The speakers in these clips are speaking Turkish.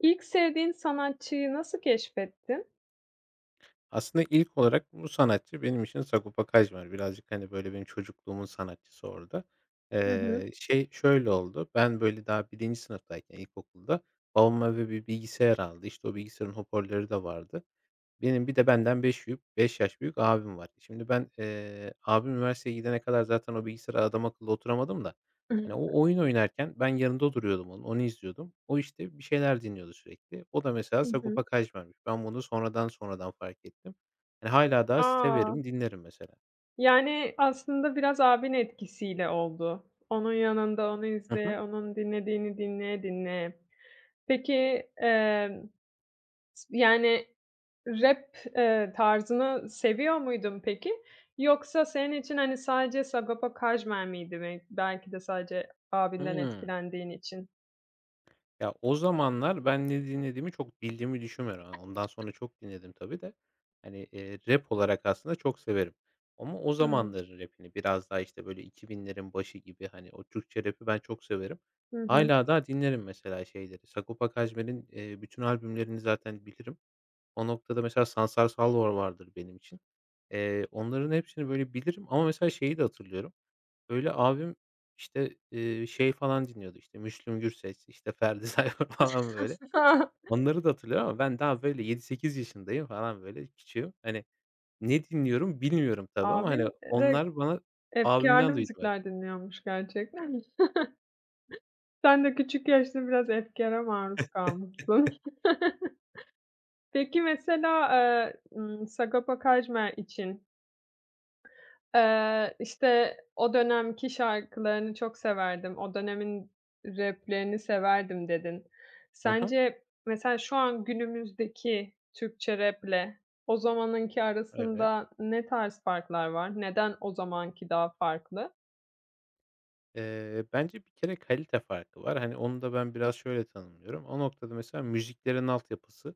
İlk sevdiğin sanatçıyı nasıl keşfettin? Aslında ilk olarak bu sanatçı benim için Sagopa Kajmer. Birazcık, hani, böyle, benim çocukluğumun sanatçısı orada. Hı hı. Şey, şöyle oldu, ben, böyle, daha birinci sınıftayken ilkokulda babam eve bir bilgisayar aldı. İşte, o bilgisayarın hoparlörü de vardı. Benim bir de benden 5 yaş büyük abim var. Şimdi ben, abim üniversiteye gidene kadar zaten o bilgisayara adam akıllı oturamadım da, hani, Hı o oyun oynarken ben yanında duruyordum onun, onu izliyordum. O, işte, bir şeyler dinliyordu sürekli. O da mesela hı. Sagopa Kajmer'miş. Ben bunu sonradan sonradan fark ettim. Hani, hâlâ daha A! severim, dinlerim mesela. Yani, aslında biraz abin etkisiyle oldu. Onun yanında onu Hı hı. izleye, onun dinlediğini dinleye dinleye. Peki, emm, yani, rap, tarzını seviyor muydun peki? Yoksa senin için, hani, sadece Sagopa Kajmer miydi belki de sadece abinden Hıı. etkilendiğin için? Ya, o zamanlar ben ne dinlediğimi çok bildiğimi düşünmüyorum. Hani, ondan sonra çok dinledim tabii de. Hani, rap olarak aslında çok severim ama o Hımm. zamanların rap'ini biraz daha, işte, böyle 2000'lerin başı gibi, hani, o Türkçe rap'i ben çok severim. Hı hı. Hala daha dinlerim mesela şeyleri. Sagopa Kajmer'in, bütün albümlerini zaten bilirim. O noktada mesela Sansar Salvo vardır benim için. Onların hepsini böyle bilirim ama mesela şeyi de hatırlıyorum. Öyle abim, işte, şey falan dinliyordu, işte, Müslüm Gürses, işte, Ferdi Tayfur falan böyle. Onları da hatırlıyorum ama ben daha böyle yedi sekiz yaşındayım falan böyle küçüğüm. Hani, ne dinliyorum bilmiyorum tabii ama, hani, Abin de onlar bana efkârlı abimden duydum hep. müzikler dinliyormuş gerçekten. Sen de küçük yaşta biraz efkâra maruz kalmışsın. Peki mesela, Sagopa Kajmer için, işte, o dönemki şarkılarını çok severdim, o dönemin rap'lerini severdim dedin. Hı hı. Sence mesela şu an günümüzdeki Türkçe rap'le o zamanınki Evet. arasında ne tarz farklar var? Neden o zamanki daha farklı? Bence bir kere kalite farkı var. Hani, onu da ben biraz şöyle tanımlıyorum. O noktada mesela müziklerin altyapısı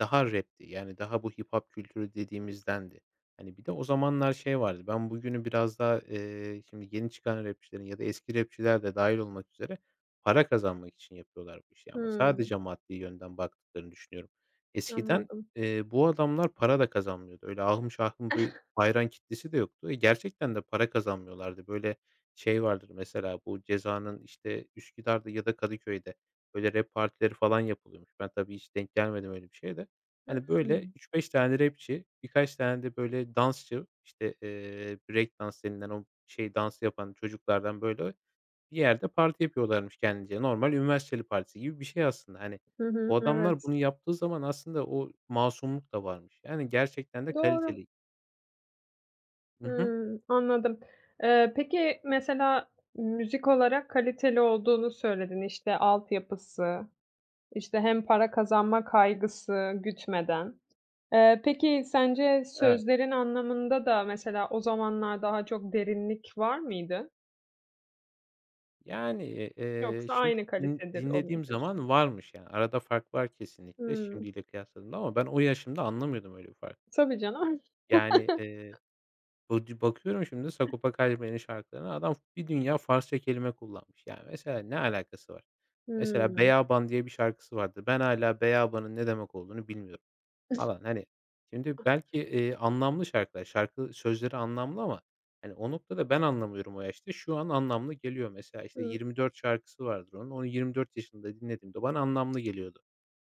daha rap'ti. Yani, daha bu hip hop kültürü dediğimizdendi. Hani, bir de o zamanlar şey vardı, ben bugünü biraz daha, şimdi yeni çıkan rapçilerin ya da eski rapçiler de dâhil olmak üzere para kazanmak için yapıyorlar bu işi ama Hımm, sadece maddi yönden baktıklarını düşünüyorum. Eskiden, anladım. Bu adamlar para da kazanmıyordu. Öyle ahım şahım bir hayran kitlesi de yoktu. E, gerçekten de para kazanmıyorlardı. Böyle şey vardır mesela, bu Ceza'nın, işte, Üsküdar'da ya da Kadıköy'de böyle rap partileri falan yapılıyormuş. Ben tabii hiç denk gelmedim öyle bir şeye de. Hani, böyle Hımm. üç beş tane rapçi, birkaç tane de böyle dansçı, işte, break dans denilen o şey dansı yapan çocuklardan, böyle, bir yerde parti yapıyorlarmış kendince. Normal üniversiteli partisi gibi bir şey aslında. Hani, Hı hı, o adamlar evet. bunu yaptığı zaman aslında o masumluk da varmış. Yani gerçekten de Doğru. kaliteli. Hı hı. Hımm, anladım. Peki, mesela müzik olarak kaliteli olduğunu söyledin. İşte, altyapısı, işte, hem para kazanma kaygısı gütmeden. Peki, sence Evet. sözlerin anlamında da mesela o zamanlar daha çok derinlik var mıydı? Yani, Yoksa şimdi aynı din kalitedir o mu dinlediğim diyorsun? zaman varmış yani. Arada fark var kesinlikle Hımm. şimdiyle kıyasladığımda ama ben o yaşımda anlamıyordum öyle bir fark. Tabii canım. Yani, Bodi bakıyorum şimdi Sagopa Kajmer'in şarkılarına, adam bir dünya Farsça kelime kullanmış. Yani mesela ne alakası var? Mesela Hımm. "Beyaban" diye bir şarkısı vardı. Ben hala beyabanın ne demek olduğunu bilmiyorum falan. Hani, şimdi belki, anlamlı şarkılar, şarkı sözleri anlamlı ama, hani, o noktada ben anlamıyorum o yaşta. Şu an anlamlı geliyor. Mesela, işte, Hı, "24" şarkısı vardır onun. Onu 24 yaşında dinlediğimde bana anlamlı geliyordu.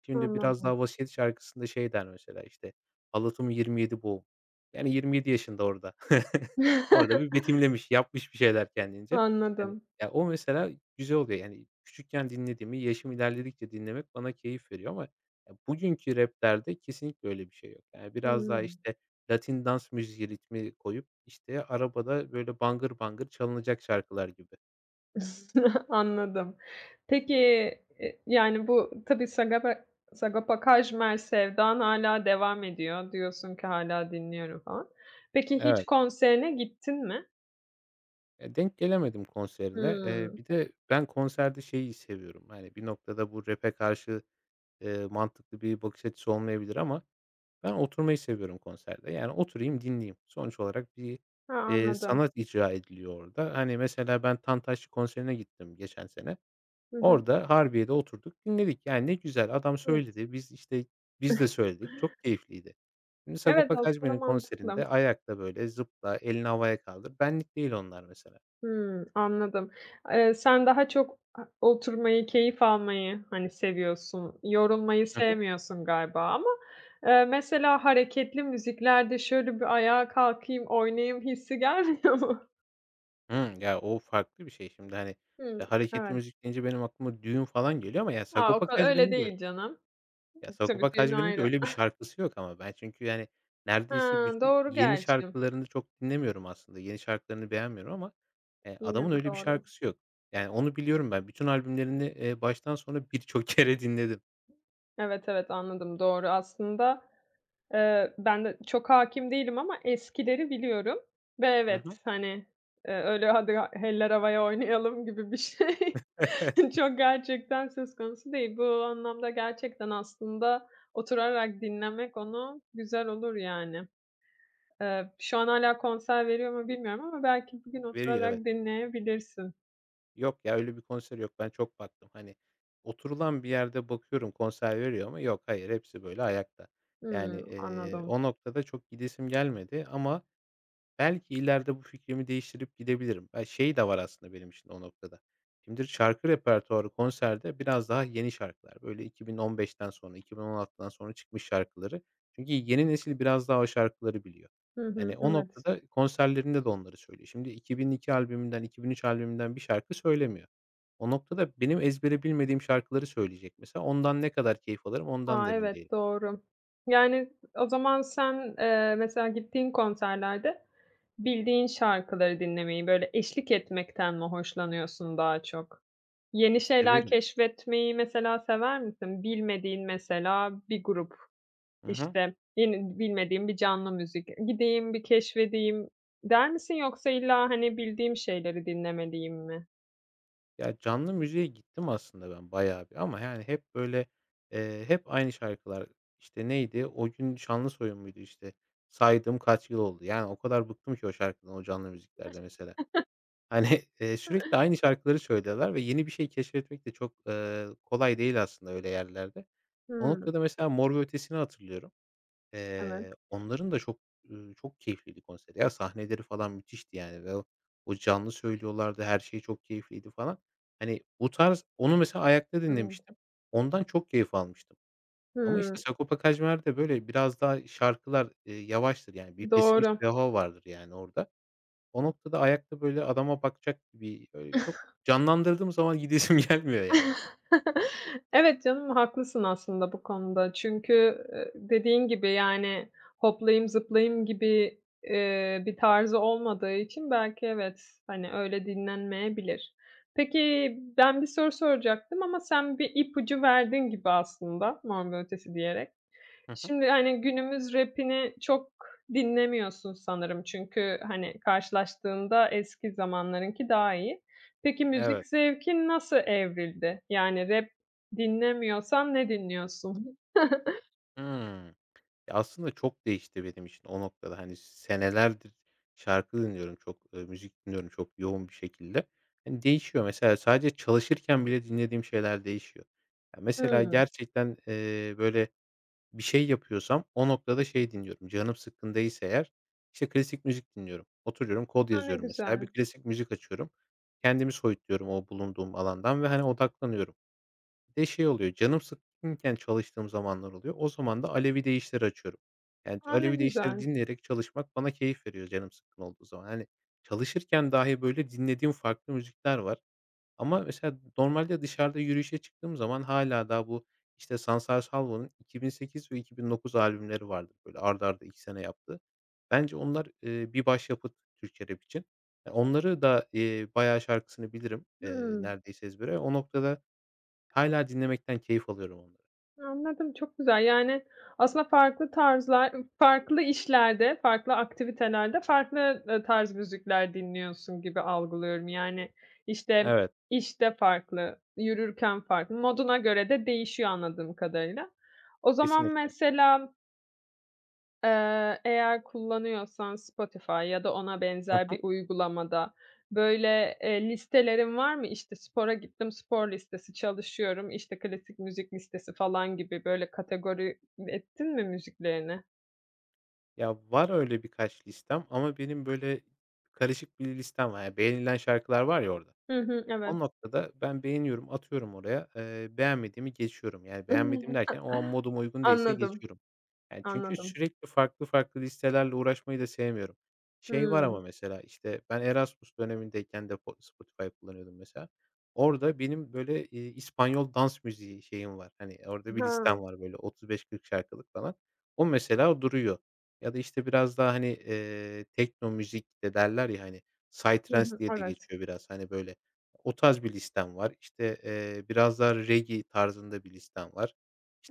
Şimdi biraz anladım. daha Vasiyet şarkısında şey der mesela, işte, "Halatım 27 boğum." Yani 27 yaşında orada. Orada bir betimlemiş, yapmış bir şeyler kendince. Hani, Anladım. ya, o mesela güzel oluyor. Yani küçükken dinlediğimi yaşım ilerledikçe dinlemek bana keyif veriyor ama ya, bugünkü rap'lerde kesinlikle öyle bir şey yok. Yani biraz daha, Hımm. işte, Latin dans müziği ritmi koyup, işte, arabada böyle bangır bangır çalınacak şarkılar gibi. Anladım. Peki, yani, bu tabii Sagopa Kajmer sevdan hala devam ediyor. Diyorsun ki hala dinliyorum falan. Peki hiç Evet. konserine gittin mi? Ya, denk gelemedim konserine. Hımm. Bir de ben konserde şeyi seviyorum, hani, bir noktada bu rap'e karşı, mantıklı bir bakış açısı olmayabilir ama ben oturmayı seviyorum konserde. Yani, oturayım, dinleyeyim. Sonuç olarak bir, Ha, anladım. sanat icra ediliyor orada. Hani, mesela ben Tantaşçı konserine gittim geçen sene. Hı hı. Orada Harbiye'de oturduk, dinledik. Yani, ne güzel adam Evet. söyledi, işte, biz de söyledik. Çok keyifliydi. Şimdi Evet, Sagopa aslında Kajmer'in mantıklı. konserinde ayakta, böyle, zıpla, elini havaya kaldır. Benlik değil onlar mesela. Hımm, anladım. Sen daha çok oturmayı, keyif almayı, hani, seviyorsun. Yorulmayı Hı hı. sevmiyorsun galiba ama, mesela hareketli müziklerde şöyle bir ayağa kalkayım, oynayayım hissi gelmiyor mu? Hımm. Ya, o farklı bir şey şimdi, hani, Hımm, işte, hareketli evet. müzik deyince benim aklıma düğün falan geliyor ama ya A, o Sagopa ka öyle Kajmer'in de değil canım. ya Tabii, Sagopa düğün Kajmer'in de ayrı. öyle bir şarkısı yok ama ben çünkü, yani, Ha, neredeyse bütün doğru yeni gerçi. şarkılarını çok dinlemiyorum aslında. Yeni şarkılarını beğenmiyorum ama, Yine adamın de öyle bir doğru. şarkısı yok. Yani onu biliyorum ben. Bütün albümlerini, baştan sona birçok kere dinledim. Evet, evet, anladım, doğru. Ben de çok hâkim değilim ama eskileri biliyorum ve Hı hı. evet, hani, öyle hadi ha "Eller havaya oynayalım." gibi bir şey çok gerçekten söz konusu değil. Bu anlamda gerçekten aslında oturarak dinlemek onu güzel olur yani. Şu an hâlâ konser veriyor mu bilmiyorum ama belki bir gün Veriyor, oturarak evet. dinleyebilirsin. Yok ya, öyle bir konser yok. Ben çok baktım. Hani, oturulan bir yerde bakıyorum konser veriyor mu? Yok, hayır, hepsi böyle ayakta. Yani, Hımm, anladım. o noktada çok gidesim gelmedi ama belki ileride bu fikrimi değiştirip gidebilirim. Ben şey de var aslında benim için o noktada. Şimdi şarkı repertuarı konserde biraz daha yeni şarkılar. Böyle 2015'ten sonra, 2016'dan sonra çıkmış şarkıları. Çünkü yeni nesil biraz daha o şarkıları biliyor. Hı hı, Yani, o evet. noktada konserlerinde de onları söylüyor. Şimdi 2002 albümünden, 2003 albümünden bir şarkı söylemiyor. O noktada benim ezbere bilmediğim şarkıları söyleyecek mesela. Ondan ne kadar keyif alırım ondan da A, emin evet, değilim. doğru. Yani, o zaman sen, mesela gittiğin konserlerde bildiğin şarkıları dinlemeyi, böyle, eşlik etmekten mi hoşlanıyorsun daha çok? Yeni E, şeyler severim. keşfetmeyi mesela sever misin? Bilmediğin mesela bir grup, Hı hı. işte, yeni bilmediğin bir canlı müzik, "Gideyim, bir keşfedeyim." der misin yoksa illa, hani, bildiğim şeyleri dinlemeliyim mi? Ya, canlı müziğe gittim aslında ben bayağı bir ama, yani, hep böyle, hep aynı şarkılar. İşte, neydi? O gün Şanlısoyun muydu, işte? Saydım kaç yıl oldu. Yani, o kadar bıktım ki o şarkıdan, o canlı müziklerde mesela. Hani, sürekli aynı şarkıları söylüyorlar ve yeni bir şey keşfetmek de çok, kolay değil aslında öyle yerlerde. O Hımm. noktada mesela Mor ve Ötesi'ni hatırlıyorum. Evet, Onların da çok, çok keyifliydi konseri ya. Sahneleri falan müthişti yani ve o canlı söylüyorlardı, her şey çok keyifliydi falan. Hani, bu tarz onu mesela ayakta evet. dinlemiştim. Ondan çok keyif almıştım. Ama işte Hımm, Sagopa Kajmer'de böyle biraz daha şarkılar, yavaştır yani bir doğru. pesimist bir hava vardır yani orada. O noktada ayakta böyle adama bakacak gibi, öyle çok canlandırdığım zaman gidesim gelmiyor yani. Evet canım, haklısın aslında bu konuda. Çünkü, dediğin gibi, yani, hoplayayım zıplayayım gibi, bir tarzı olmadığı için belki evet, hani, öyle dinlenmeyebilir. Peki, ben bir soru soracaktım ama sen bir ipucu verdin gibi aslında, Mor ve Ötesi diyerek. Hı hı. Şimdi, hani, günümüz rap'ini çok dinlemiyorsun sanırım çünkü, hani, karşılaştığında eski zamanlarınki daha iyi. Peki, müzik Evet. zevkin nasıl evrildi? Yani rap dinlemiyorsan ne dinliyorsun? Hıı. Ya, aslında çok değişti benim için o noktada. Hani, senelerdir şarkı dinliyorum çok, müzik dinliyorum çok yoğun bir şekilde. Hani, değişiyor mesela sadece çalışırken bile dinlediğim şeyler değişiyor. Ya, mesela Hımm. gerçekten, böyle bir şey yapıyorsam o noktada şey dinliyorum, canım sıkkındaysa eğer, işte, klasik müzik dinliyorum. Oturuyorum kod A, ne yazıyorum mesela bir güzel. klasik müzik açıyorum. Kendimi soyutluyorum o bulunduğum alandan ve, hani, odaklanıyorum. Bir de şey oluyor, canım sıkkınken çalıştığım zamanlar oluyor. O zaman da Alevi deyişleri açıyorum. Yani A, ne Alevi deyişleri güzel. dinleyerek çalışmak bana keyif veriyor canım sıkkın olduğu zaman. Hani çalışırken dahi böyle dinlediğim farklı müzikler var. Ama mesela normalde dışarıda yürüyüşe çıktığım zaman hala daha bu, işte, Sansar Salvo'nun 2008 ve 2009 albümleri vardır, böyle, art arda 2 sene yaptı. Bence onlar, bir başyapıt Türkçe rap için. Ya, onları da, bayağı şarkısını bilirim, Hıı. neredeyse ezbere. O noktada hâlâ dinlemekten keyif alıyorum onları. Anladım, çok güzel. Yani, aslında farklı tarzlar farklı işlerde, farklı aktivitelerde farklı, tarz müzikler dinliyorsun gibi algılıyorum. Yani, işte, Evet, işte farklı, yürürken farklı, moduna göre de değişiyor anladığım kadarıyla. O zaman kesinlikle. mesela eğer kullanıyorsan Spotify ya da ona Hı benzer bir hı. uygulamada, böyle, listelerin var mı? İşte, spora gittim, spor listesi, çalışıyorum, işte, klasik müzik listesi falan gibi, böyle, kategori ettin mi müziklerini? Ya, var öyle birkaç listem ama benim, böyle, karışık bir listem var. Ya, beğenilen şarkılar var ya orada. Hı hı, O evet. noktada ben beğeniyorum, atıyorum oraya. Beğenmediğimi geçiyorum. Yani beğenmediğim derken o an moduma uygun değilse Anladım, geçiyorum. Yani çünkü anladım. sürekli farklı farklı listelerle uğraşmayı da sevmiyorum. Şey var ama Hımm. mesela, işte, ben Erasmus dönemindeyken de Spotify kullanıyordum mesela. Orada benim böyle, İspanyol dans müziği şeyim var. Hani, orada bir Ha. listem var böyle 35-40 şarkılık falan. O mesela duruyor. Ya da, işte, biraz daha, hani, tekno müzik de derler ya, hani, Hı psytrance hı, diye de evet. geçiyor biraz. Hani, böyle o tarz bir listem var. İşte, biraz daha reggae tarzında bir listem var.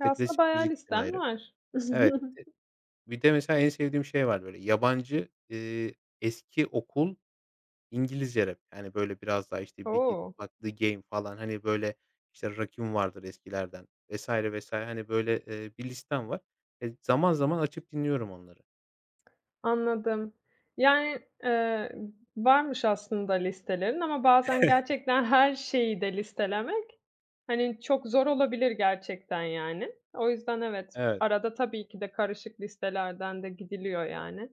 Ya, aslında klasik bayağı müzik için listen ayrı. var. Evet, bir de mesela en sevdiğim şey var böyle yabancı, eski okul İngilizce rap. Yani, böyle biraz daha, işte, Biggie, O! Tupac, The Game falan, hani, böyle, işte, Rakim vardır eskilerden vs. vs. Hani, böyle, bir listem var. E, zaman zaman açıp dinliyorum onları. Anladım. Yani, eee, varmış aslında listelerin ama bazen gerçekten her şeyi de listelemek, hani, çok zor olabilir gerçekten yani. O yüzden evet, Evet, arada tabii ki de karışık listelerden de gidiliyor yani.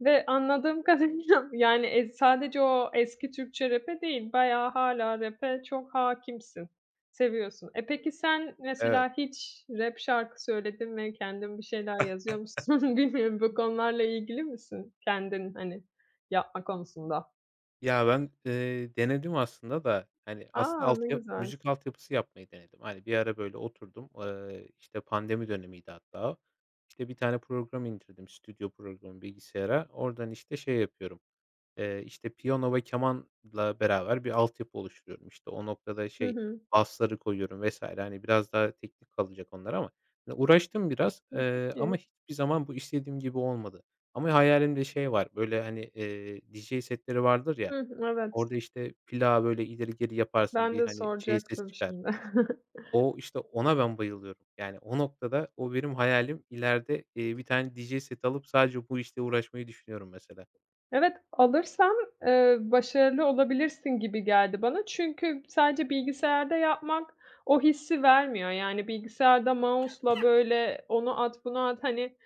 Ve anladığım kadarıyla yani, sadece o eski Türkçe rap'e değil, bayağı hala rap'e çok hakimsin seviyorsun. E, peki sen evet. mesela hiç rap şarkı söyledin mi? Kendin bir şeyler yazıyor musun? Bilmiyorum, bu konularla ilgili misin? Kendin, hani, yapma konusunda. Ya, ben, denedim aslında da, hani, aslında Aa ne güzel. müzik altyapısı yapmayı denedim. Hani, bir ara böyle oturdum, işte, pandemi dönemiydi hatta. İşte, bir tane program indirdim, stüdyo programı bilgisayara. Oradan, işte, şey yapıyorum, işte, piyano ve kemanla beraber bir altyapı oluşturuyorum. İşte, o noktada Hı şey, hı. basları koyuyorum vesaire. Hani, biraz daha teknik kalacak onlar ama hani, uğraştım biraz, Hı, çok ama iyi. hiçbir zaman bu istediğim gibi olmadı. Ama hayalimde şey var, böyle, hani, DJ setleri vardır ya, Hıh, evet. orada, işte, pilav böyle, ileri geri yaparsın, Ben bir, de hani, şey ses soracaktım çıkar. şimdi. O, işte, ona ben bayılıyorum. Yani, o noktada o benim hayalim. İleride bir tane DJ seti alıp sadece bu işle uğraşmayı düşünüyorum mesela. Evet, alırsan, başarılı olabilirsin gibi geldi bana. Çünkü sadece bilgisayarda yapmak o hissi vermiyor. Yani bilgisayarda mouse'la böyle onu at, bunu at, hani,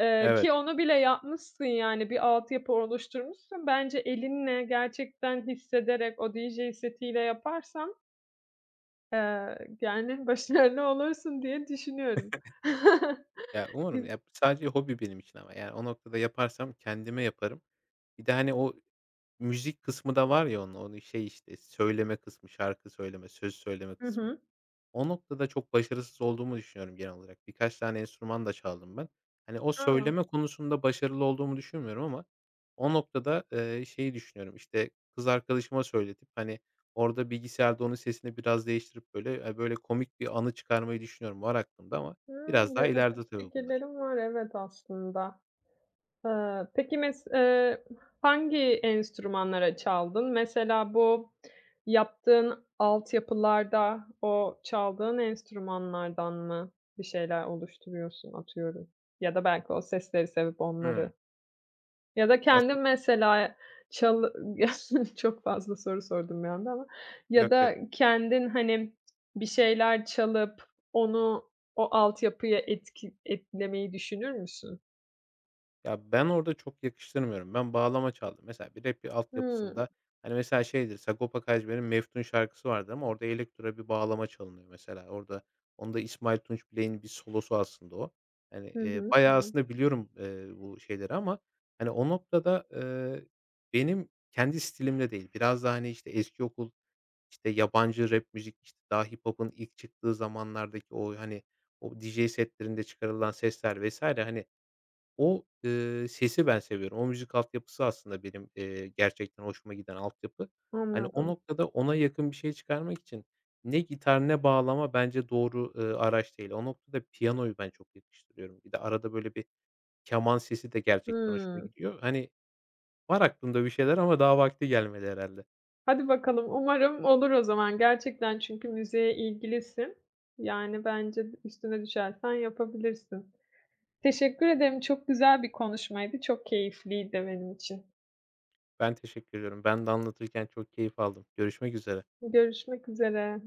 Evet. ki onu bile yapmışsın yani bir altyapı oluşturmuşsun. Bence elinle gerçekten hissederek o DJ setiyle yaparsan, yani başarılı olursun diye düşünüyorum. Ya, umarım. Güz- Ya, sadece hobi benim için ama, yani, o noktada yaparsam kendime yaparım. Bir de, hani, o müzik kısmı da var ya onun, şey, işte, söyleme kısmı, şarkı söyleme, söz söyleme Hı kısmı. hı. O noktada çok başarısız olduğumu düşünüyorum genel olarak. Birkaç tane enstrüman da çaldım ben. Hani, o A! söyleme konusunda başarılı olduğumu düşünmüyorum ama o noktada, şeyi düşünüyorum, İşte kız arkadaşıma söyletip, hani, orada bilgisayarda onun sesini biraz değiştirip, böyle, böyle komik bir anı çıkarmayı düşünüyorum. Var aklımda ama biraz Hımm, daha ileride yaratıcı tabii bunlar. fikirlerim var evet aslında. Peki mes hangi enstrümanlara çaldın? Mesela bu yaptığın altyapılarda, o çaldığın enstrümanlardan mı bir şeyler oluşturuyorsun atıyorum? Ya da belki o sesleri sevip onları Hımm. ya da kendin Aslında, mesela çalı çok fazla soru sordum bir anda ama ya yok, yok. da kendin, hani, bir şeyler çalıp onu o altyapıya etkilemeyi düşünür müsün? Ya, ben orada çok yakıştırmıyorum. Ben bağlama çaldım. Mesela bir rap Hıı. altyapısında, hani, mesela şeydir, Sagopa Kajmer'in Meftun şarkısı vardır ama orada elektro bir bağlama çalınıyor mesela. Orada onda İsmail Tunç Bilek'in bir solosu aslında o. Hani, Hı hı. bayağı aslında biliyorum, bu şeyleri ama, hani, o noktada, benim kendi stilimde değil, biraz daha, hani, işte, eski okul, işte, yabancı rap müzik, işte, daha hip hop'un ilk çıktığı zamanlardaki o, hani, o DJ setlerinde çıkarılan sesler vesaire hani, o, sesi ben seviyorum. O müzik altyapısı aslında benim, gerçekten hoşuma giden altyapı. Hani, o Anladım. noktada ona yakın bir şey çıkarmak için ne gitar ne bağlama bence doğru, araç değil. O noktada piyanoyu ben çok yakıştırıyorum. Bir de arada böyle bir keman sesi de gerçekten hoşuma Hımm. gidiyor. Hani, var aklımda bir şeyler ama daha vakti gelmedi herhâlde. Hadi bakalım, umarım olur o zaman. Gerçekten çünkü müziğe ilgilisin. Yani bence üstüne düşersen yapabilirsin. Teşekkür ederim. Çok güzel bir konuşmaydı. Çok keyifliydi benim için. Ben teşekkür ediyorum. Ben de anlatırken çok keyif aldım. Görüşmek üzere. Görüşmek üzere.